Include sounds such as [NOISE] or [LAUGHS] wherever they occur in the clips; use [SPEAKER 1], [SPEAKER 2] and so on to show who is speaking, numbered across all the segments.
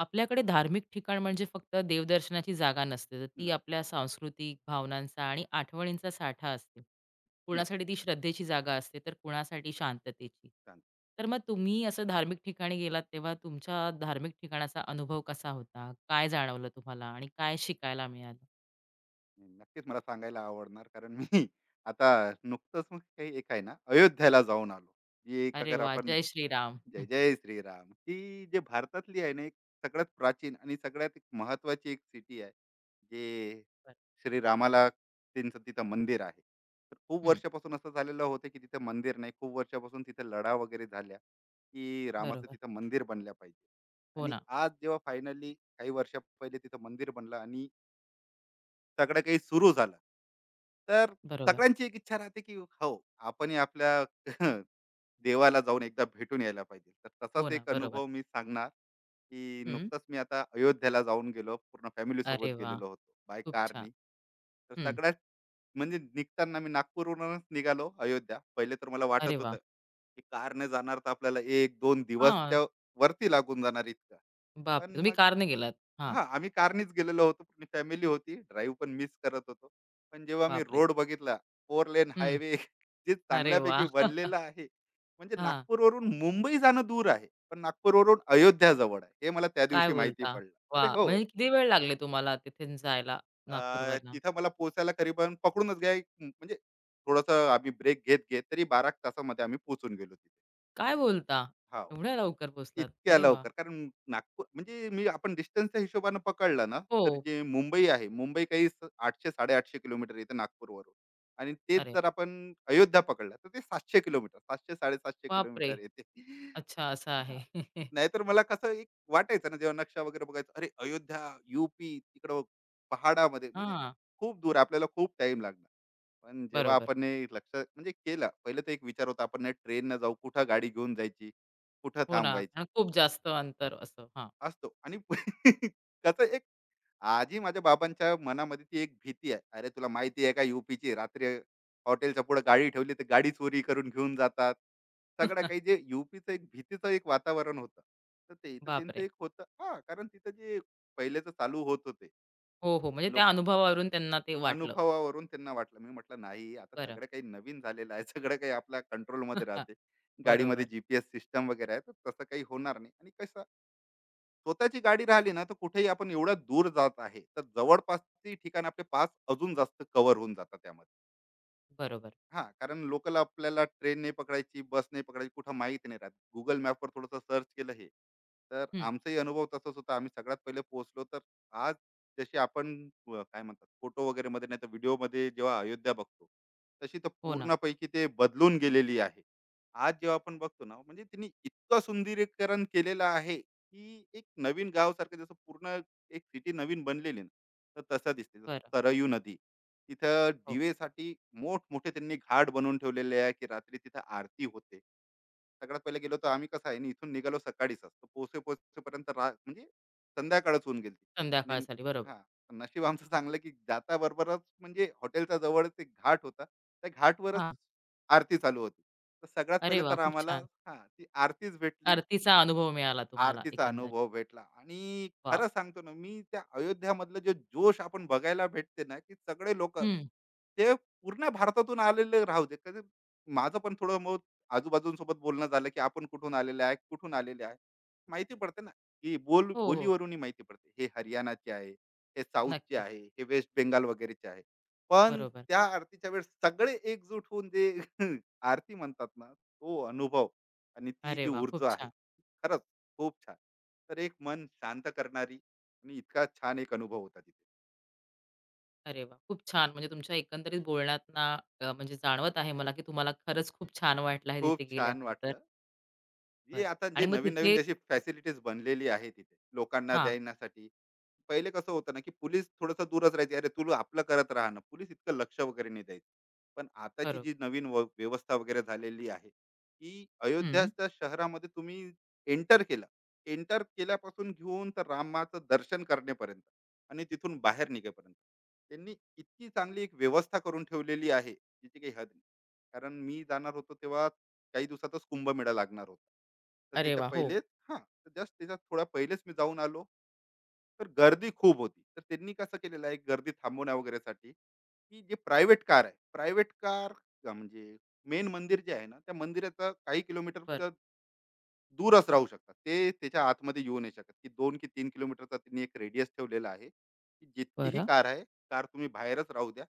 [SPEAKER 1] आपल्याकडे धार्मिक ठिकाण म्हणजे फक्त देवदर्शनाची जागा नसते, तर
[SPEAKER 2] न
[SPEAKER 1] ती आपल्या सांस्कृतिक भावनांचा आणि आठवणींचा साठा असते. कुणासाठी
[SPEAKER 2] नक्कीच.
[SPEAKER 1] ती श्रद्धेची जागा असते, तर कुणासाठी शांततेची.
[SPEAKER 2] सांग.
[SPEAKER 1] तर मग तुम्ही असं धार्मिक ठिकाणी गेलात, तेव्हा तुमच्या धार्मिक ठिकाणाचा अनुभव कसा होता? काय जाणवलं तुम्हाला आणि काय शिकायला मिळालं?
[SPEAKER 2] मी नक्कीच मला सांगायला आवडणार कारण मी [LAUGHS] आता नुकतंच मग काही एक आहे ना अयोध्याला जाऊन आलो. ही एक
[SPEAKER 1] अरे
[SPEAKER 2] अगर
[SPEAKER 1] वाह!
[SPEAKER 2] आपण
[SPEAKER 1] जय श्रीराम.
[SPEAKER 2] जय
[SPEAKER 1] हं,
[SPEAKER 2] जय श्रीराम ही जे भारतातली आहे ना एक सगळ्यात प्राचीन आणि सगळ्यात एक महत्वाची एक सिटी आहे. जे
[SPEAKER 1] बरं.
[SPEAKER 2] श्रीरामाला त्यांचं तिथं मंदिर आहे. तर खूप
[SPEAKER 1] हं.
[SPEAKER 2] वर्षापासून असं झालेलं होतं की तिथं मंदिर नाही. खूप वर्षापासून तिथं लढा वगैरे झाल्या की रामाचं
[SPEAKER 1] बरोबर.
[SPEAKER 2] तिथं मंदिर बनल्या पाहिजे.
[SPEAKER 1] हो
[SPEAKER 2] आणि
[SPEAKER 1] ना.
[SPEAKER 2] आज जेव्हा फायनली काही वर्षा पहिले तिथं मंदिर बनलं आणि सगळं काही सुरू झालं. तर
[SPEAKER 1] बरोबर.
[SPEAKER 2] सगळ्यांची एक इच्छा राहते, की हो, आपणही आपल्या [LAUGHS] देवाला जाऊन एकदा भेटून यायला पाहिजे. तर
[SPEAKER 1] हो
[SPEAKER 2] तसाच
[SPEAKER 1] ना.
[SPEAKER 2] एक
[SPEAKER 1] बरोबर.
[SPEAKER 2] अनुभव मी सांगणार, की
[SPEAKER 1] हं.
[SPEAKER 2] नुकताच मी आता अयोध्याला जाऊन गेलो. पूर्ण
[SPEAKER 1] अरे
[SPEAKER 2] फॅमिलीसोबत
[SPEAKER 1] वाह!
[SPEAKER 2] गेलेलो होतो बाय
[SPEAKER 1] खूप छान.
[SPEAKER 2] कारनी. तर
[SPEAKER 1] हं.
[SPEAKER 2] सगळ्यात म्हणजे निघताना मी नागपूरवरूनच निघालो अयोध्या. पहिले तर मला वाटत
[SPEAKER 1] अरे वाह!
[SPEAKER 2] होतं, की कारने जाणार तर आपल्याला 1-2
[SPEAKER 1] हां.
[SPEAKER 2] दिवसच्या वरती लागून जाणार इतकं.
[SPEAKER 1] बापरे!
[SPEAKER 2] पण
[SPEAKER 1] तुम्ही
[SPEAKER 2] मग
[SPEAKER 1] कारने गेलात. हां.
[SPEAKER 2] हां, आम्ही कारनीच गेलेलो होतो. पूर्ण फॅमिली होती. ड्राईव्ह पण मिस करत होतो. पण जेव्हा मी
[SPEAKER 1] बापरे!
[SPEAKER 2] रोड बघितला, 4 लेन
[SPEAKER 1] हं.
[SPEAKER 2] हायवे [LAUGHS] जे
[SPEAKER 1] अरे वा,
[SPEAKER 2] चांगल्यापैकी
[SPEAKER 1] [LAUGHS]
[SPEAKER 2] बनलेला आहे. म्हणजे
[SPEAKER 1] हां.
[SPEAKER 2] नागपूरवरून मुंबई जाणं दूर आहे. पण नागपूरवरून अयोध्या जवळ आहे. हे मला त्या
[SPEAKER 1] काय
[SPEAKER 2] दिवशी माहिती
[SPEAKER 1] बोलता?
[SPEAKER 2] पडलं.
[SPEAKER 1] वा,
[SPEAKER 2] अरे हो,
[SPEAKER 1] म्हणजे किती वेळ लागले तुम्हाला तिथून जायला नागपूरवरनं?
[SPEAKER 2] तिथं मला पोहोचायला करीबन पकडूनच घ्या एक म्हणजे थोडंसं आम्ही ब्रेक घेत-घेत तरी 12 तासामध्ये आम्ही पोहोचून गेलो तिथे.
[SPEAKER 1] काय बोलता?
[SPEAKER 2] हां.
[SPEAKER 1] एवढ्या लवकर पोहोचलात.
[SPEAKER 2] इतक्या
[SPEAKER 1] अरे वा,
[SPEAKER 2] लवकर कारण नागपूर म्हणजे मी आपण डिस्टन्सच्या हिशोबाने पकडला ना
[SPEAKER 1] हो.
[SPEAKER 2] तर जे मुंबई आहे मुंबई 800-850 किलोमीटर येतं नागपूरवरून आणि तेच
[SPEAKER 1] अरे
[SPEAKER 2] जर आपण अयोध्या पकडला तर ते 700 किलोमीटर सातशे साडेसातशे
[SPEAKER 1] बापरे!
[SPEAKER 2] किलोमीटर येते. [LAUGHS]
[SPEAKER 1] अच्छा असं आहे.
[SPEAKER 2] हा.
[SPEAKER 1] [LAUGHS]
[SPEAKER 2] नाहीतर मला कसं एक वाटायचं ना जेव्हा नक्षा वगैरे बघायचं, अरे अयोध्या युपी तिकडं पहाडामध्ये म्हणजे
[SPEAKER 1] हां.
[SPEAKER 2] खूप दूर, आपल्याला खूप टाइम लागणार. पण जेव्हा
[SPEAKER 1] बरोबर.
[SPEAKER 2] आपण हे लक्ष म्हणजे केलं पहिले तर एक विचार होता आपण ट्रेननं जाऊ, कुठं गाडी घेऊन जायची, कुठं
[SPEAKER 1] हो ना.
[SPEAKER 2] थांबवायची
[SPEAKER 1] आणि खूप जास्त अंतर असं. हां.
[SPEAKER 2] असतो आणि [LAUGHS] त्याचं एक आजही माझ्या बाबांच्या मनामध्ये ती एक भीती आहे. अरे तुला माहिती आहे का, यूपीची रात्री हॉटेलच्या पुढे गाडी ठेवली तर गाडी चोरी करून घेऊन जातात. सगळं काही
[SPEAKER 1] [LAUGHS]
[SPEAKER 2] जे यूपीचं एक भीतीचं एक वातावरण होतं. तर ते तर त्यांचं
[SPEAKER 1] बापरे!
[SPEAKER 2] एक होतं हां, कारण तिथं जे पहिलेचं चालू होत होते.
[SPEAKER 1] हो, हो. म्हणजे त्या
[SPEAKER 2] लोक
[SPEAKER 1] अनुभवावरून त्यांना ते वाटलं.
[SPEAKER 2] अनुभवावरून त्यांना वाटलं. मी म्हटलं नाही, आता
[SPEAKER 1] बरं.
[SPEAKER 2] सगळं काही नवीन झालेलं आहे. सगळं काही आपल्या कंट्रोलमध्ये
[SPEAKER 1] [LAUGHS]
[SPEAKER 2] राहते. गाडीमध्ये
[SPEAKER 1] बरोबर,
[SPEAKER 2] जी सिस्टम वगैरे आहे तर तसं काही होणार नाही आणि कसं स्वतःची गाडी राहिली ना तर कुठेही आपण एवढा दूर जात आहे तर जवळपासची ठिकाण आपले पास अजून जास्त कव्हर होऊन जातात त्यामध्ये.
[SPEAKER 1] बरोबर.
[SPEAKER 2] हा, कारण लोकल आपल्याला ट्रेन नाही पकडायची, बस नाही पकडायची, कुठं माहिती नाही राहत, गुगल मॅपवर थोडंसं सर्च केलं. हे तर
[SPEAKER 1] हं.
[SPEAKER 2] आमचाही अनुभव तसाच होता. आम्ही सगळ्यात पहिले पोहोचलो तर आज जशी आपण काय म्हणतात फोटो वगैरे मध्ये नाही तर व्हिडिओ मध्ये जेव्हा अयोध्या बघतो तशी तर
[SPEAKER 1] हो ना.
[SPEAKER 2] पूर्णपैकी ते बदलून गेलेली आहे. आज जेव्हा आपण बघतो ना म्हणजे त्यांनी इतकं सुंदरीकरण केलेलं आहे की एक नवीन गाव सारखं, जसं पूर्ण एक सिटी नवीन बनलेली ना तर तसं दिसते.
[SPEAKER 1] बरं.
[SPEAKER 2] जसं सरयू नदी, तिथं
[SPEAKER 1] हो.
[SPEAKER 2] दिवेसाठी मोठमोठे त्यांनी घाट बनवून ठेवलेले आहे की रात्री तिथं आरती होते. सगळ्यात पहिले गेलो तर आम्ही कसं आहे ना इथून निघालो सकाळीच असतो. पोहोचेपर्यंत म्हणजे संध्याकाळच होऊन गेली होती
[SPEAKER 1] संध्याकाळ
[SPEAKER 2] आणि
[SPEAKER 1] झाली. बरोबर.
[SPEAKER 2] हां, नशीब आमचं चांगलं की जाता बरोबरच म्हणजे हॉटेलच्या जवळच एक घाट होता. त्या घाटवरच
[SPEAKER 1] हां.
[SPEAKER 2] आरती चालू होती. तर सगळ्यात
[SPEAKER 1] अरे
[SPEAKER 2] पहिले
[SPEAKER 1] वाह!
[SPEAKER 2] तर
[SPEAKER 1] खूप
[SPEAKER 2] आम्हाला
[SPEAKER 1] छान.
[SPEAKER 2] हां, ती आरतीच भेटली.
[SPEAKER 1] आरतीचा अनुभव मिळाला तुम्हाला
[SPEAKER 2] आरतीचा
[SPEAKER 1] एकंदरीत.
[SPEAKER 2] अनुभव भेटला आणि
[SPEAKER 1] वाव.
[SPEAKER 2] खरं सांगतो ना, मी त्या अयोध्यामधलं जे जोश आपण बघायला भेटते ना की सगळे लोक
[SPEAKER 1] हं.
[SPEAKER 2] ते पूर्ण भारतातून आलेले राहू दे कधी, माझं पण थोडं मग आजूबाजूंसोबत बोलणं झालं की आपण कुठून आलेले आहे, कुठून आलेले आहे, माहिती पडते ना की बोल
[SPEAKER 1] हो, हो.
[SPEAKER 2] बोलीवरूनही माहिती पडते, हे हरियाणाचे आहे, हे साऊथचे
[SPEAKER 1] नक्कीच.
[SPEAKER 2] आहे, हे वेस्ट बेंगाल वगैरेचे आहे. पण
[SPEAKER 1] बरोबर.
[SPEAKER 2] त्या आरतीच्या वेळेस सगळे एकजूट होऊन जे [LAUGHS] आरती म्हणतात ना, तो अनुभव आणि ती
[SPEAKER 1] अरे
[SPEAKER 2] जी
[SPEAKER 1] वाह! खूप
[SPEAKER 2] ऊर्जा आहे,
[SPEAKER 1] छान.
[SPEAKER 2] खरंच खूप छान. तर एक मन शांत करणारी आणि इतका छान एक अनुभव होता तिथे.
[SPEAKER 1] अरे वाह! खूप छान. म्हणजे तुमच्या एकंदरीत बोलण्यातना म्हणजे जाणवत आहे मला, की तुम्हाला खरंच खूप छान वाटलं आहे
[SPEAKER 2] खूप
[SPEAKER 1] तिथे
[SPEAKER 2] छान
[SPEAKER 1] गेल्यानंतर.
[SPEAKER 2] वाटलं. हे
[SPEAKER 1] बरं.
[SPEAKER 2] आता
[SPEAKER 1] आणि
[SPEAKER 2] जे
[SPEAKER 1] मग
[SPEAKER 2] नवीन-नवीन
[SPEAKER 1] तिथे
[SPEAKER 2] जशी फॅसिलिटीज बनलेली आहे तिथे लोकांना
[SPEAKER 1] हां.
[SPEAKER 2] देण्यासाठी. पहिले कसं होतं ना की पोलीस थोडंसं दूरच राहायची, अरे तू आपलं करत राहा ना, पोलीस इतकं लक्ष वगैरे नाही द्यायचं. पण आताची
[SPEAKER 1] बरोबर.
[SPEAKER 2] जी नवीन व्यवस्था वगैरे झालेली आहे की
[SPEAKER 1] हं.
[SPEAKER 2] अयोध्याच्या शहरामध्ये तुम्ही एंटर केला, एंटर केल्यापासून घेऊन तर रामाचं दर्शन करण्यापर्यंत आणि तिथून बाहेर निघेपर्यंत त्यांनी इतकी चांगली एक व्यवस्था करून ठेवलेली आहे जिची काही हद नाही. कारण मी जाणार होतो तेव्हा काही दिवसातच कुंभमेळा लागणार होता. तर
[SPEAKER 1] अरे
[SPEAKER 2] त्याच्या
[SPEAKER 1] वाह! हो.
[SPEAKER 2] पहिलेच हां, तर जस्ट त्याच्या थोडा पहिलेच मी जाऊन आलो. तर गर्दी खूप होती तर त्यांनी कसं केलेलं आहे गर्दी थांबवण्या वगैरेसाठी की जे प्रायव्हेट कार आहे, प्रायव्हेट कार म्हणजे मेन मंदिर जे आहे ना त्या मंदिराचा काही किलोमीटर
[SPEAKER 1] बरं.
[SPEAKER 2] दूरच राहू शकतात, ते त्याच्या आतमध्ये येऊ नाही शकत. की 2-3 किलोमीटरचा त्यांनी एक रेडियस ठेवलेला आहे की जितकीही
[SPEAKER 1] बरं.
[SPEAKER 2] कार आहे, कार तुम्ही बाहेरच राहू द्या.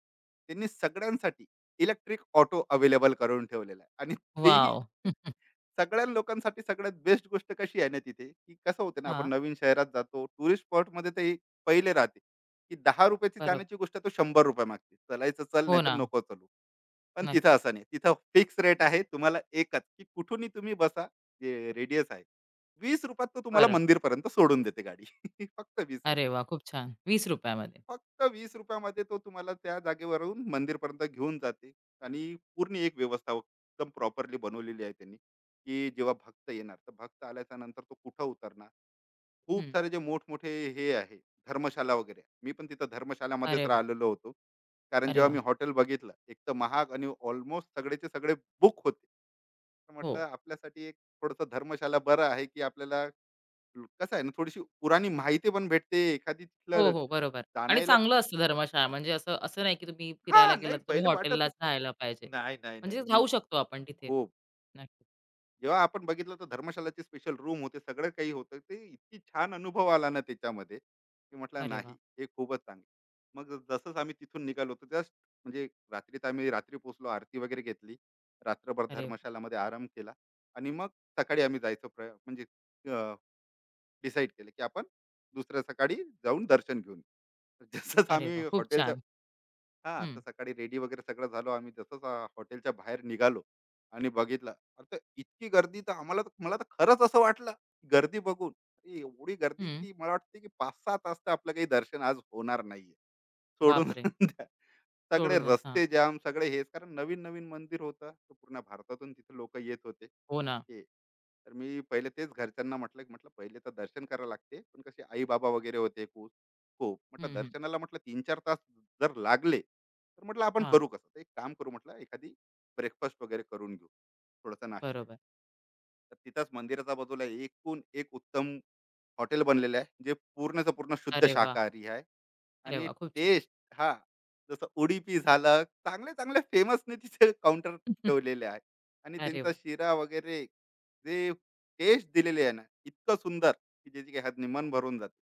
[SPEAKER 2] त्यांनी सगळ्यांसाठी इलेक्ट्रिक ऑटो अवेलेबल करून ठेवलेला आहे आणि तेही
[SPEAKER 1] वॉव!
[SPEAKER 2] सगळ्या लोकांसाठी. सगळ्यात बेस्ट गोष्ट कशी आहे ना तिथे, की कसं होतं ना आपण
[SPEAKER 1] हां.
[SPEAKER 2] नवीन शहरात जातो, टुरिस्ट स्पॉटमध्ये ते एक पहिले राहते, की ₹10 ची
[SPEAKER 1] बरोबर.
[SPEAKER 2] जाण्याची गोष्ट तो ₹100 मागते. चलायचं चल,
[SPEAKER 1] हो
[SPEAKER 2] नाही तर
[SPEAKER 1] ना.
[SPEAKER 2] नको चलू. पण
[SPEAKER 1] नक्की.
[SPEAKER 2] तिथं असं नाही. तिथं फिक्स रेट आहे. तुम्हाला एकच, की कुठूनही तुम्ही बसा, जे रेडियस आहे. ₹20 तुम्हाला
[SPEAKER 1] बरं.
[SPEAKER 2] मंदिरपर्यंत सोडून देते गाडी. [LAUGHS] फक्त ₹20.
[SPEAKER 1] अरे वाह! खूप छान.
[SPEAKER 2] तर
[SPEAKER 1] ₹20 मध्ये.
[SPEAKER 2] फक्त ₹20 मध्ये तो तुम्हाला त्या जागेवरून मंदिरपर्यंत घेऊन जाते आणि पूर्ण एक व्यवस्था एकदम प्रॉपरली बनवलेली आहे त्यांनी की जेव्हा भक्त येणार तर भक्त आल्याच्या नंतर तो कुठं उतरणार. खूप
[SPEAKER 1] हं.
[SPEAKER 2] सारे जे मोठमोठे हे आहे धर्मशाला वगैरे, मी पण तिथं धर्मशालामध्येच
[SPEAKER 1] अरे वाह!
[SPEAKER 2] राहिलेलो होतो. कारण
[SPEAKER 1] अरे
[SPEAKER 2] जेव्हा मी
[SPEAKER 1] वाह!
[SPEAKER 2] हॉटेल बघितलं, एक तर महाग आणि ऑलमोस्ट सगळेचे सगळे बुक होते. तर
[SPEAKER 1] हो.
[SPEAKER 2] म्हटलं आपल्यासाठी एक थोडंसं धर्मशाला बरं आहे, की आपल्याला कसं आहे ना थोडीशी पुराणी माहिती पण भेटते एखादी
[SPEAKER 1] हो,
[SPEAKER 2] तिथलं
[SPEAKER 1] हो. बरोबर. आणि
[SPEAKER 2] जाणायला.
[SPEAKER 1] चांगलं असतं धर्मशाळा म्हणजे असं असं नाही की तुम्ही फिरायला
[SPEAKER 2] हां, नाही
[SPEAKER 1] गेलात, तुम्ही
[SPEAKER 2] पहिले वाटत
[SPEAKER 1] हॉटेललाच
[SPEAKER 2] होतं.
[SPEAKER 1] राहायला पाहिजे.
[SPEAKER 2] नाही, नाही, नाही,
[SPEAKER 1] म्हणजे
[SPEAKER 2] नाही. मी
[SPEAKER 1] राहू शकतो आपण तिथे.
[SPEAKER 2] खूप
[SPEAKER 1] नक्कीच.
[SPEAKER 2] जेव्हा आपण बघितलं तर धर्मशालाची स्पेशल रूम होते, सगळं काही होतं. ते इतकी छान अनुभव आला ना त्याच्यामध्ये, की म्हटलं
[SPEAKER 1] अरे वाह!
[SPEAKER 2] नाही, हे खूपच चांगलं. मग जसंच आम्ही तिथून निघालो होतो, जस्ट म्हणजे रात्रीत, आम्ही रात्री पोहोचलो, आरती वगैरे घेतली. रात्रभर
[SPEAKER 1] अरे वाह!
[SPEAKER 2] धर्मशालामध्ये आराम केला आणि मग सकाळी आम्ही जायचं म्हणजे डिसाईड केलं, की आपण दुसऱ्या सकाळी जाऊन दर्शन घेऊन येऊ. [LAUGHS] जसंच
[SPEAKER 1] अरे
[SPEAKER 2] आम्ही
[SPEAKER 1] वाह! खूप
[SPEAKER 2] हॉटेलच्या
[SPEAKER 1] छान.
[SPEAKER 2] हां,
[SPEAKER 1] हं,
[SPEAKER 2] तर सकाळी रेडी वगैरे सगळं झालो आम्ही. जसंच हॉटेलच्या बाहेर निघालो आणि बघितलं, तर इतकी गर्दी, तर मला तर खरंच असं वाटलं, गर्दी बघून, अरे एवढी गर्दी
[SPEAKER 1] हं.
[SPEAKER 2] की मला वाटते की 5-6 तास तर आपलं काही दर्शन आज होणार नाहीये. सोडून
[SPEAKER 1] बापरे!
[SPEAKER 2] [LAUGHS] द्या. सगळे
[SPEAKER 1] सोडूनच. हां.
[SPEAKER 2] रस्ते जाम सगळे, हेच कारण नवीन-नवीन मंदिर होतं. तर पूर्ण भारतातून तिथे लोकं येत होते.
[SPEAKER 1] हो ना.
[SPEAKER 2] हे तर मी पहिले तेच घरच्यांना म्हटलं, की म्हटलं पहिले तर दर्शन करावं लागते. पण कसे आई-बाबा वगैरे होते खूप खूप. म्हटलं
[SPEAKER 1] हं, हं.
[SPEAKER 2] दर्शनाला म्हटलं 3-4 तास जर लागले, तर म्हटलं आपण
[SPEAKER 1] हां.
[SPEAKER 2] करू कसं? तर एक काम करू, म्हटलं एखादी ब्रेकफास्ट वगैरे करून घेऊ. थोडासा नाश्ता.
[SPEAKER 1] बरोबर.
[SPEAKER 2] तर तिथंच मंदिराच्या बाजूला एकूण एक उत्तम हॉटेल बनलेलं आहे. जे पूर्णचं पूर्ण शुद्ध
[SPEAKER 1] अरे वाह!
[SPEAKER 2] शाकाहारी आहे.
[SPEAKER 1] अरे
[SPEAKER 2] आणि
[SPEAKER 1] वाह! खूप छान.
[SPEAKER 2] टेस्ट हा जसं उडीपी झालं, चांगले-चांगले फेमसने तिथे काउंटर
[SPEAKER 1] [LAUGHS]
[SPEAKER 2] ठेवलेले आहे आणि
[SPEAKER 1] अरे
[SPEAKER 2] त्यांचा
[SPEAKER 1] वाह!
[SPEAKER 2] शिरा वगैरे जे टेस्ट दिलेले आहे ना, इतकं सुंदर की ज्याची काही हद नाही, मन भरून जाते.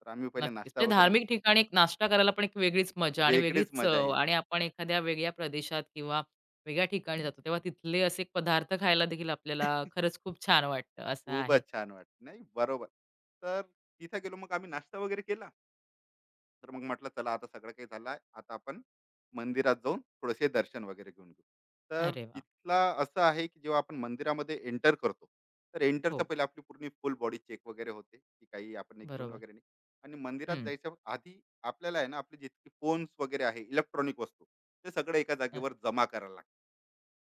[SPEAKER 2] तर आम्ही पहिले
[SPEAKER 1] नक्कीच.
[SPEAKER 2] नाश्ता
[SPEAKER 1] म्हणजे
[SPEAKER 2] वगैरे
[SPEAKER 1] धार्मिक ठिकाणी एक नाश्ता करायला पण एक वेगळीच मजा आणि
[SPEAKER 2] वेगळीच
[SPEAKER 1] वेगळीच
[SPEAKER 2] मजा
[SPEAKER 1] चव
[SPEAKER 2] येते.
[SPEAKER 1] आणि आपण एखाद्या वेगळ्या प्रदेशात किंवा वेगळ्या ठिकाणी जातो, तेव्हा तिथले असे पदार्थ खायला देखील आपल्याला खरंच खूप छान वाटतं, असं आहे.
[SPEAKER 2] खूपच छान वाटते. नाही, बरोबर. तर तिथे गेलो मग आम्ही नाश्ता वगैरे केला. तर मग म्हटलं चला आता सगळं काही झालं आहे, आता आपण मंदिरात जाऊन थोडेसे दर्शन वगैरे घेऊन घेऊ. तर
[SPEAKER 1] अरे वा,
[SPEAKER 2] तिथला असं आहे की जेव्हा आपण मंदिरामध्ये एंटर करतो, तर एंटरच्या
[SPEAKER 1] हो,
[SPEAKER 2] पहिले आपली पूर्ण फुल बॉडी चेक वगैरे होते की काही आपण हे घेऊन
[SPEAKER 1] बरोबर.
[SPEAKER 2] वगैरे नाही. आणि मंदिरात
[SPEAKER 1] हं.
[SPEAKER 2] जायच्या आधी आपल्याला आहे ना आपले जितके फोन्स वगैरे आहे इलेक्ट्रॉनिक वस्तू, ते सगळं एका
[SPEAKER 1] अ,
[SPEAKER 2] जागेवर जमा करायला लागतं.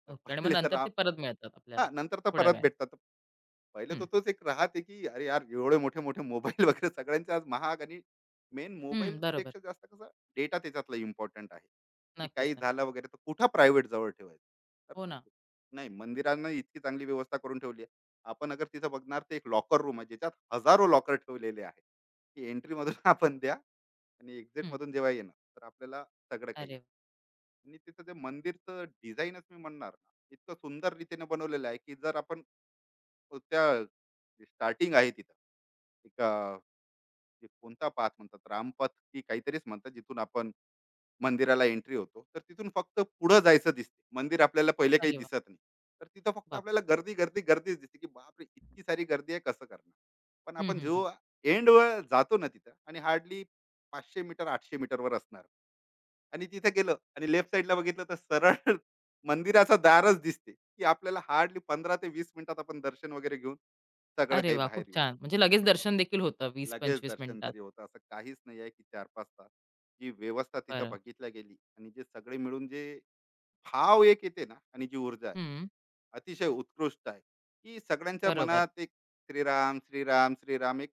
[SPEAKER 2] तर
[SPEAKER 1] ओके आणि मग
[SPEAKER 2] पहिले तर
[SPEAKER 1] नंतर
[SPEAKER 2] आ-
[SPEAKER 1] ते परत मिळतात आपल्याला
[SPEAKER 2] हा, नंतर तर
[SPEAKER 1] थोड्या
[SPEAKER 2] परत
[SPEAKER 1] वेळाने.
[SPEAKER 2] भेटतात. पहिले
[SPEAKER 1] हं,
[SPEAKER 2] तर तोच एक राहते की अरे यार एवढे मोठे मोठे मोबाईल वगैरे सगळ्यांचे आज महाग आणि मेन
[SPEAKER 1] हं,
[SPEAKER 2] मोबाईल
[SPEAKER 1] बरोबर.
[SPEAKER 2] पेक्षा जास्त कसं डेटा त्याच्यातला इम्पॉर्टंट आहे, की
[SPEAKER 1] नक्कीच,
[SPEAKER 2] काही
[SPEAKER 1] नक्की.
[SPEAKER 2] झालं वगैरे तर कुठं प्रायव्हेट जवळ ठेवायचं. तर
[SPEAKER 1] हो ना,
[SPEAKER 2] नाही, मंदिरांना इतकी चांगली व्यवस्था करून ठेवली आहे. आपण अगर तिथं बघणार तर एक लॉकर रूम आहे, ज्याच्यात हजारो लॉकर ठेवलेले आहे, की एंट्री मधून [LAUGHS]
[SPEAKER 1] खरंय.
[SPEAKER 2] आपण द्या आणि एक्झिट
[SPEAKER 1] हं.
[SPEAKER 2] मधून जेव्हा येणार तर आपल्याला सगळं काही
[SPEAKER 1] अरे
[SPEAKER 2] येईल.
[SPEAKER 1] वाह!
[SPEAKER 2] आणि तिथं ते मंदिरचं डिझाईनच मी म्हणणार ना, इतकं सुंदर रीतीने बनवलेलं आहे की जर आपण अ, त्या स्टार्टिंग आहे तिथं एक जे कोणता पाथ म्हणतात, रामपथ की काहीतरीच म्हणतात, जिथून आपण मंदिराला एंट्री होतो, तर तिथून फक्त पुढं जायचं दिसते मंदिर, आपल्याला पहिले काही
[SPEAKER 1] अरे वाह!
[SPEAKER 2] दिसत नाही. तर तिथं फक्त
[SPEAKER 1] बाप
[SPEAKER 2] आपल्याला गर्दी गर्दी गर्दीच दिसते की बापरे इतकी सारी गर्दी आहे, कसं करणार. पण
[SPEAKER 1] हं,
[SPEAKER 2] आपण
[SPEAKER 1] हं, हं.
[SPEAKER 2] जो एंडवर जातो ना तिथं, आणि हार्डली 500 मीटर 800 मीटरवर असणार, आणि तिथे गेलं आणि लेफ्ट साईडला बघितलं तर सरळ [LAUGHS] मंदिराचा दारच दिसते, की आपल्याला हार्डली 15 ते 20 मिनिटात आपण दर्शन वगैरे घेऊन सगळं
[SPEAKER 1] अरे
[SPEAKER 2] काही
[SPEAKER 1] वाह! खूप
[SPEAKER 2] बाहेर येऊ.
[SPEAKER 1] छान. म्हणजे लगेच दर्शन देखील होतं
[SPEAKER 2] लगेच
[SPEAKER 1] 20-25
[SPEAKER 2] दर्शन
[SPEAKER 1] मिनिटात.
[SPEAKER 2] जरी होतं असं काहीच नाही आहे की 4-5 तास. जी व्यवस्था तिथं
[SPEAKER 1] बरं.
[SPEAKER 2] बघितल्या गेली आणि जे सगळे मिळून जे भाव एक येते ना आणि जी ऊर्जा आहे,
[SPEAKER 1] हं,
[SPEAKER 2] अतिशय उत्कृष्ट आहे, की सगळ्यांच्या
[SPEAKER 1] बरोबर.
[SPEAKER 2] मनात एक श्रीराम, श्रीराम, श्रीराम, एक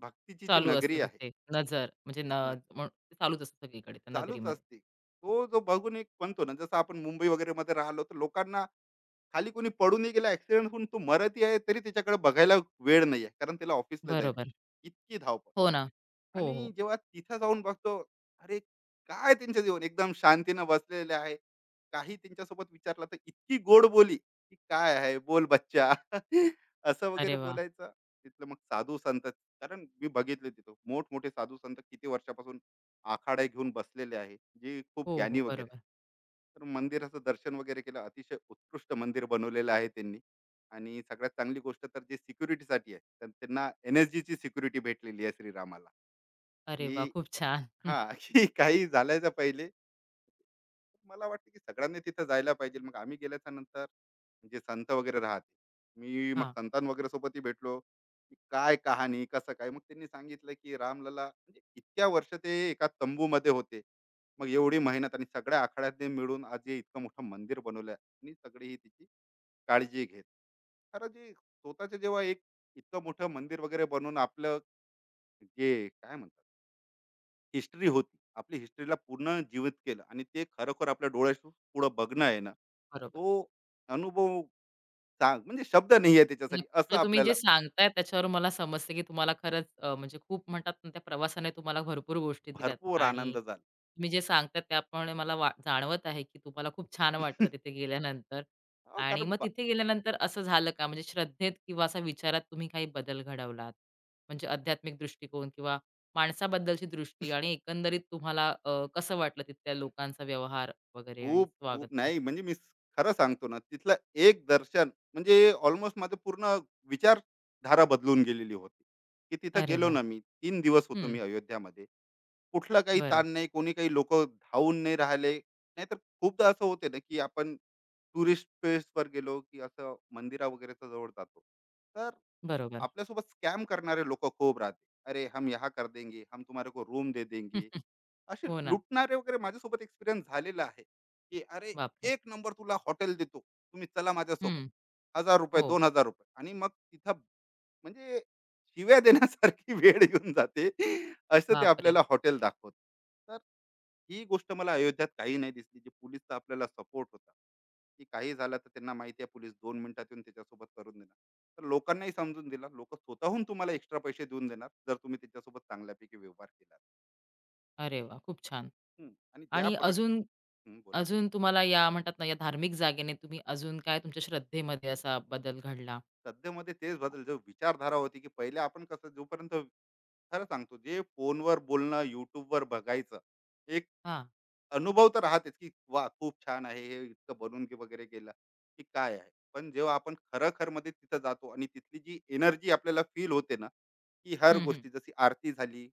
[SPEAKER 2] भक्तीची जी
[SPEAKER 1] चालू असतं
[SPEAKER 2] नगरी आहे
[SPEAKER 1] तिथे नजर म्हणजे न
[SPEAKER 2] ना,
[SPEAKER 1] मग चालूच असतं सगळीकडे त्या
[SPEAKER 2] चालूच
[SPEAKER 1] नगरीमध्ये.
[SPEAKER 2] असते. तो जो बघून एक म्हणतो ना, जसं आपण मुंबई वगैरेमध्ये राहिलो तर लोकांना खाली कोणी पडूनही गेला, ॲक्सिडेंट होऊन तो मरतही आहे तरी त्याच्याकडे बघायला वेळ नाही आहे, कारण त्याला ऑफिसला जायचं.
[SPEAKER 1] बरोबर.
[SPEAKER 2] इतकी धावपळ.
[SPEAKER 1] हो ना. हो,
[SPEAKER 2] आणि
[SPEAKER 1] हो.
[SPEAKER 2] जेव्हा तिथं जाऊन बघतो, अरे, काय त्यांचं जीवन एकदम शांतीनं बसलेले आहे. काही त्यांच्यासोबत विचारलं तर इतकी गोड बोली, की "काय आहे? बोल बच्चा." [LAUGHS] असं
[SPEAKER 1] अरे
[SPEAKER 2] वगैरे
[SPEAKER 1] वा,
[SPEAKER 2] बोलायचं. तिथलं मग साधू-संत, कारण मी बघितले तिथं मोठमोठे साधू-संत किती वर्षापासून आखाडे घेऊन बसलेले आहे, जे खूप
[SPEAKER 1] हो,
[SPEAKER 2] ज्ञानी
[SPEAKER 1] हो,
[SPEAKER 2] वगैरे.
[SPEAKER 1] बरोबर.
[SPEAKER 2] तर मंदिराचं दर्शन वगैरे केलं. अतिशय उत्कृष्ट मंदिर बनवलेलं आहे त्यांनी. आणि सगळ्यात चांगली गोष्ट तर जे सिक्युरिटीसाठी आहे, तर त्यांना NSGची सिक्युरिटी भेटलेली आहे श्रीरामाला.
[SPEAKER 1] अरे वाह!
[SPEAKER 2] की
[SPEAKER 1] खूप छान. हं,
[SPEAKER 2] हां, [LAUGHS] की काही झालायच्या पहिले मला वाटतं की सगळ्यांनी तिथं जायला पाहिजे. मग आम्ही गेल्याच्या नंतर जे संत वगैरे राहते. मी मग
[SPEAKER 1] हां,
[SPEAKER 2] संतान वगैरे सोबतही भेटलो, की काय कहाणी, कसं काय? मग त्यांनी सांगितलं की रामलला म्हणजे इतक्या वर्ष ते एका तंबूमध्ये होते. मग एवढी मेहनत आणि सगळ्या आखाड्यातनी मिळून आज हे इतकं मोठं मंदिर बनवलं, आणि सगळी ही तिची काळजी घेत. खरं जे स्वतःचं जेव्हा एक इतकं मोठं मंदिर वगैरे बनवून आपलं जे काय म्हणतात, हिस्ट्री होती. आपली हिस्ट्रीला पूर्ण जीवित केलं आणि ते खरोखर आपल्या डोळ्यासमोर पुढं बघणं आहे ना,
[SPEAKER 1] बरोबर.
[SPEAKER 2] तो अनुभव सांग, म्हणजे शब्द नाही आहे त्याच्यासाठी
[SPEAKER 1] नक्कीच.
[SPEAKER 2] असं
[SPEAKER 1] म्हणजे तुम्ही जे
[SPEAKER 2] आपल्याला.
[SPEAKER 1] सांगताय त्याच्यावरून मला समजते, की तुम्हाला खरंच म्हणजे खूप म्हणतात ना, त्या प्रवासाने तुम्हाला भरपूर गोष्टी दिल्यात.
[SPEAKER 2] भरपूर
[SPEAKER 1] आणि
[SPEAKER 2] आनंद झाला.
[SPEAKER 1] तुम्ही जे सांगताय त्याप्रमाणे मला वा जाणवत आहे, की तुम्हाला खूप छान वाटतं तिथे गेल्यानंतर.
[SPEAKER 2] हो,
[SPEAKER 1] आणि
[SPEAKER 2] कारण
[SPEAKER 1] मग तिथे गेल्यानंतर असं झालं का? म्हणजे श्रद्धेत किंवा असा विचारात तुम्ही काही बदल घडवलात? म्हणजे आध्यात्मिक दृष्टिकोन किंवा माणसाबद्दलची दृष्टी आणि एकंदरीत तुम्हाला कसं वाटलं तिथल्या लोकांचा व्यवहार वगैरे आणि
[SPEAKER 2] खूप, खूप
[SPEAKER 1] स्वागत?
[SPEAKER 2] नाही. म्हणजे मी खरं सांगतो ना, तिथलं एक दर्शन म्हणजे ऑलमोस्ट माझं पूर्ण विचारधारा बदलून गेलेली होती, की तिथं
[SPEAKER 1] अरे
[SPEAKER 2] गेलो
[SPEAKER 1] वाह!
[SPEAKER 2] ना मी. 3 दिवस होतो
[SPEAKER 1] हं.
[SPEAKER 2] मी अयोध्यामध्ये. कुठला काही
[SPEAKER 1] बरं.
[SPEAKER 2] ताण नाही, कोणी काही लोकं धावून नाही राहिले. नाहीतर खूपदा असं होते ना, की आपण टुरिस्ट प्लेसवर गेलो, की असं मंदिरा वगैरेच्या जवळ जातो. तर
[SPEAKER 1] बरोबर.
[SPEAKER 2] आपल्यासोबत स्कॅम करणारे लोकं खूप राहते. "अरे, हम यहाँ कर देंगे, हम तुम्हारे को रूम दे देंगे."
[SPEAKER 1] [LAUGHS]
[SPEAKER 2] असे
[SPEAKER 1] हो ना.
[SPEAKER 2] लुटणारे वगैरे माझ्यासोबत एक्सपिरियन्स झालेला आहे, की "अरे,
[SPEAKER 1] बापरे!
[SPEAKER 2] 1 नंबर तुला हॉटेल देतो. तुम्ही चला माझ्यासोबत."
[SPEAKER 1] हं.
[SPEAKER 2] ₹1000,
[SPEAKER 1] हो.
[SPEAKER 2] ₹2000. आणि मग तिथं म्हणजे शिव्या देण्यासारखी [LAUGHS] वेळ येऊन जाते, असं ते
[SPEAKER 1] बापरे!
[SPEAKER 2] आपल्याला हॉटेल दाखवत. तर ही गोष्ट मला अयोध्यात काही नाही दिसली, जी पोलीसचा आपल्याला सपोर्ट होता, की काही झालं तर त्यांना माहिती आहे, पोलीस 2 मिनिटात येऊन त्याच्यासोबत करून देणार. तर लोकांनाही समजून दिला, लोक स्वतःहून तुम्हाला एक्स्ट्रा पैसे देऊन देणार जर तुम्ही त्याच्यासोबत चांगल्यापैकी व्यवहार केला.
[SPEAKER 1] अरे वाह! खूप छान.
[SPEAKER 2] हम्म. आणि ज्या
[SPEAKER 1] आणि अजून
[SPEAKER 2] हम्म, बोला.
[SPEAKER 1] अजून तुम्हाला या म्हणतात ना, या धार्मिक जागेने तुम्ही अजून काय तुमच्या श्रद्धेमध्ये असा बदल घडला?
[SPEAKER 2] सध्यामध्ये तेच बदल, जो विचारधारा होती की पहिले आपण कसं, जोपर्यंत खरं सांगतो, जे फोनवर बोलणं, युट्यूबवर बघायचं, एक
[SPEAKER 1] हां.
[SPEAKER 2] अनुभव तर राहतेच की वा, खूप छान आहे, हे इतकं वगैरे गेलं. की काय आहे, पण जेव्हा आपण खरखर मध्ये तिथं जातो आणि तिथली जी एनर्जी आपल्याला फील होते ना, की हर
[SPEAKER 1] हं, हं.
[SPEAKER 2] गोष्टी जशी आरती झाली,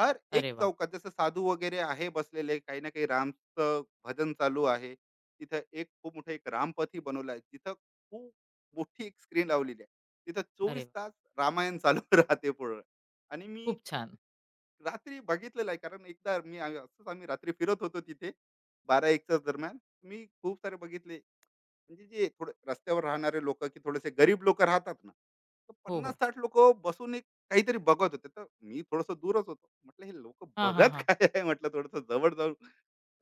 [SPEAKER 2] हर एक
[SPEAKER 1] अरे वा.
[SPEAKER 2] चौकात जसं साधू वगैरे आहे बसलेले, काही ना काही रामचं भजन चालू आहे. तिथं एक खूप मोठं एक रामपथी बनवलं आहे, तिथं खूप मोठी एक स्क्रीन लावलेली आहे. तिथं
[SPEAKER 1] अरे
[SPEAKER 2] चोवीस
[SPEAKER 1] वा,
[SPEAKER 2] तास रामायण चालू [LAUGHS] राहते पूर्ण. आणि मी
[SPEAKER 1] खूप छान.
[SPEAKER 2] रात्री बघितलेलं आहे, कारण एकदा मी असंच आम्ही रात्री फिरत होतो तिथे, 12-1च्या दरम्यान. मी खूप सारे बघितले, म्हणजे जे थोडे रस्त्यावर राहणारे लोक, की थोडेसे गरीब लोक राहतात ना, तर
[SPEAKER 1] हो,
[SPEAKER 2] पन्नास
[SPEAKER 1] हो.
[SPEAKER 2] साठ लोक बसून एक काहीतरी बघत होते. तर मी थोडस दूरच होतो, म्हटलं हे लोक
[SPEAKER 1] हां, हां,
[SPEAKER 2] बघत [LAUGHS]
[SPEAKER 1] हां.
[SPEAKER 2] काय आहे. म्हटलं थोडस जवळ जाऊन.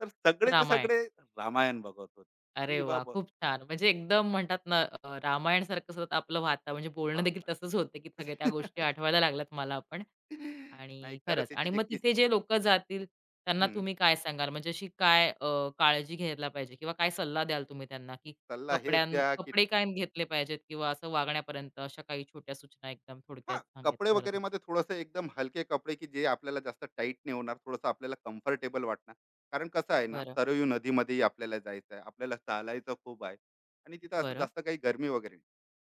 [SPEAKER 2] तर सगळेचे
[SPEAKER 1] रामायण.
[SPEAKER 2] सगळे रामायण बघत होते.
[SPEAKER 1] अरे
[SPEAKER 2] की बा,
[SPEAKER 1] वाह!
[SPEAKER 2] बस
[SPEAKER 1] खूप छान. म्हणजे एकदम म्हणतात ना, रामायणसारखं सतत आपलं वाता म्हणजे बोलणं
[SPEAKER 2] वा.
[SPEAKER 1] देखील तसंच होतं, की सगळ्या त्या गोष्टी
[SPEAKER 2] [LAUGHS]
[SPEAKER 1] आठवायला लागल्यात मला पण.
[SPEAKER 2] नाही,
[SPEAKER 1] आणि
[SPEAKER 2] खरं
[SPEAKER 1] खरंच
[SPEAKER 2] त्याचे
[SPEAKER 1] आणि
[SPEAKER 2] जे
[SPEAKER 1] मग तिथे जे लोकं जातील त्यांना
[SPEAKER 2] हम्म,
[SPEAKER 1] तुम्ही काय सांगाल? म्हणजे अशी काय काळजी घ्यायला पाहिजे किंवा काय सल्ला द्याल तुम्ही त्यांना, की
[SPEAKER 2] सल्ला हेच
[SPEAKER 1] कपड्यां
[SPEAKER 2] घ्या, की
[SPEAKER 1] कपडे काय घेतले पाहिजेत किंवा असं वागण्यापर्यंत अशा काही छोट्या सूचना एकदम थोडक्यात
[SPEAKER 2] हां, कपडे
[SPEAKER 1] सांगायचं झालं तर?
[SPEAKER 2] वगैरे मध्ये थोडंसं एकदम हलके कपडे, की जे आपल्याला जास्त टाईट नाही होणार, थोडंसं आपल्याला कम्फर्टेबल वाटणार. कारण कसं आहे ना,
[SPEAKER 1] बरं,
[SPEAKER 2] सरयू नदीमध्येही आपल्याला जायचं आहे, आपल्याला चालायचं खूप आहे, आणि तिथं असं
[SPEAKER 1] बरं.
[SPEAKER 2] जास्त काही गरमी वगैरे नाही.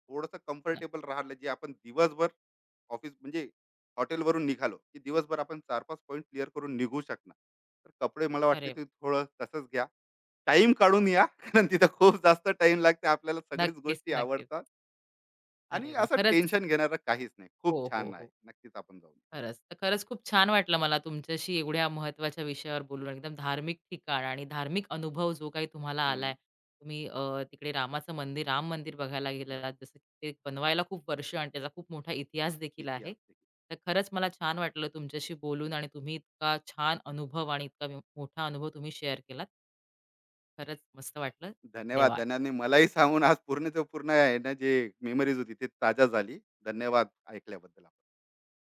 [SPEAKER 2] थोडंसं
[SPEAKER 1] न
[SPEAKER 2] कम्फर्टेबल राहिलं, जे आपण दिवसभर ऑफिस म्हणजे हॉटेलवरून निघालो, की दिवसभर आपण 4-5 पॉइंट क्लिअर करून निघू शकणार. तर कपडे मला वाटते
[SPEAKER 1] अरे वाह!
[SPEAKER 2] ते थोडं तसंच घ्या. टाईम काढून या, [LAUGHS] कारण तिथं खूप जास्त टाईम लागते. आपल्याला सगळीच
[SPEAKER 1] नक्कीच,
[SPEAKER 2] गोष्टी
[SPEAKER 1] नक्कीच.
[SPEAKER 2] आवडतात,
[SPEAKER 1] अरे
[SPEAKER 2] आणि
[SPEAKER 1] वाह!
[SPEAKER 2] असं
[SPEAKER 1] खरंच.
[SPEAKER 2] टेन्शन घेणारं काहीच नाही. खूप
[SPEAKER 1] हो, हो,
[SPEAKER 2] छान आहे.
[SPEAKER 1] हो.
[SPEAKER 2] नक्कीच आपण जाऊ.
[SPEAKER 1] खरंच. तर खरंच खूप छान वाटलं मला तुमच्याशी एवढ्या महत्त्वाच्या विषयावर बोलून. एकदम धार्मिक ठिकाण आणि धार्मिक अनुभव जो काही तुम्हाला आलाय.
[SPEAKER 2] हं,
[SPEAKER 1] तुम्ही तिकडे राम मंदिर बघायला गेलेलात.
[SPEAKER 2] बघा
[SPEAKER 1] जसं की ते बनवायला खूप वर्ष आणि त्याचा खूप मोठा इतिहास देखील
[SPEAKER 2] किती
[SPEAKER 1] आहे.
[SPEAKER 2] असते.
[SPEAKER 1] तर खरंच मला छान वाटलं तुमच्याशी बोलून आणि तुम्ही इतका छान अनुभव आणि इतका मोठा अनुभव तुम्ही शेअर केलात. खरंच मस्त वाटलं.
[SPEAKER 2] धन्यवाद.
[SPEAKER 1] धन्यवाद.
[SPEAKER 2] धन्याने मलाही सांगून आज पूर्णच्या पूर्ण आहे ना, जे मेमरीज होती ती ताजा झाली. धन्यवाद ऐकल्याबद्दल आपलं.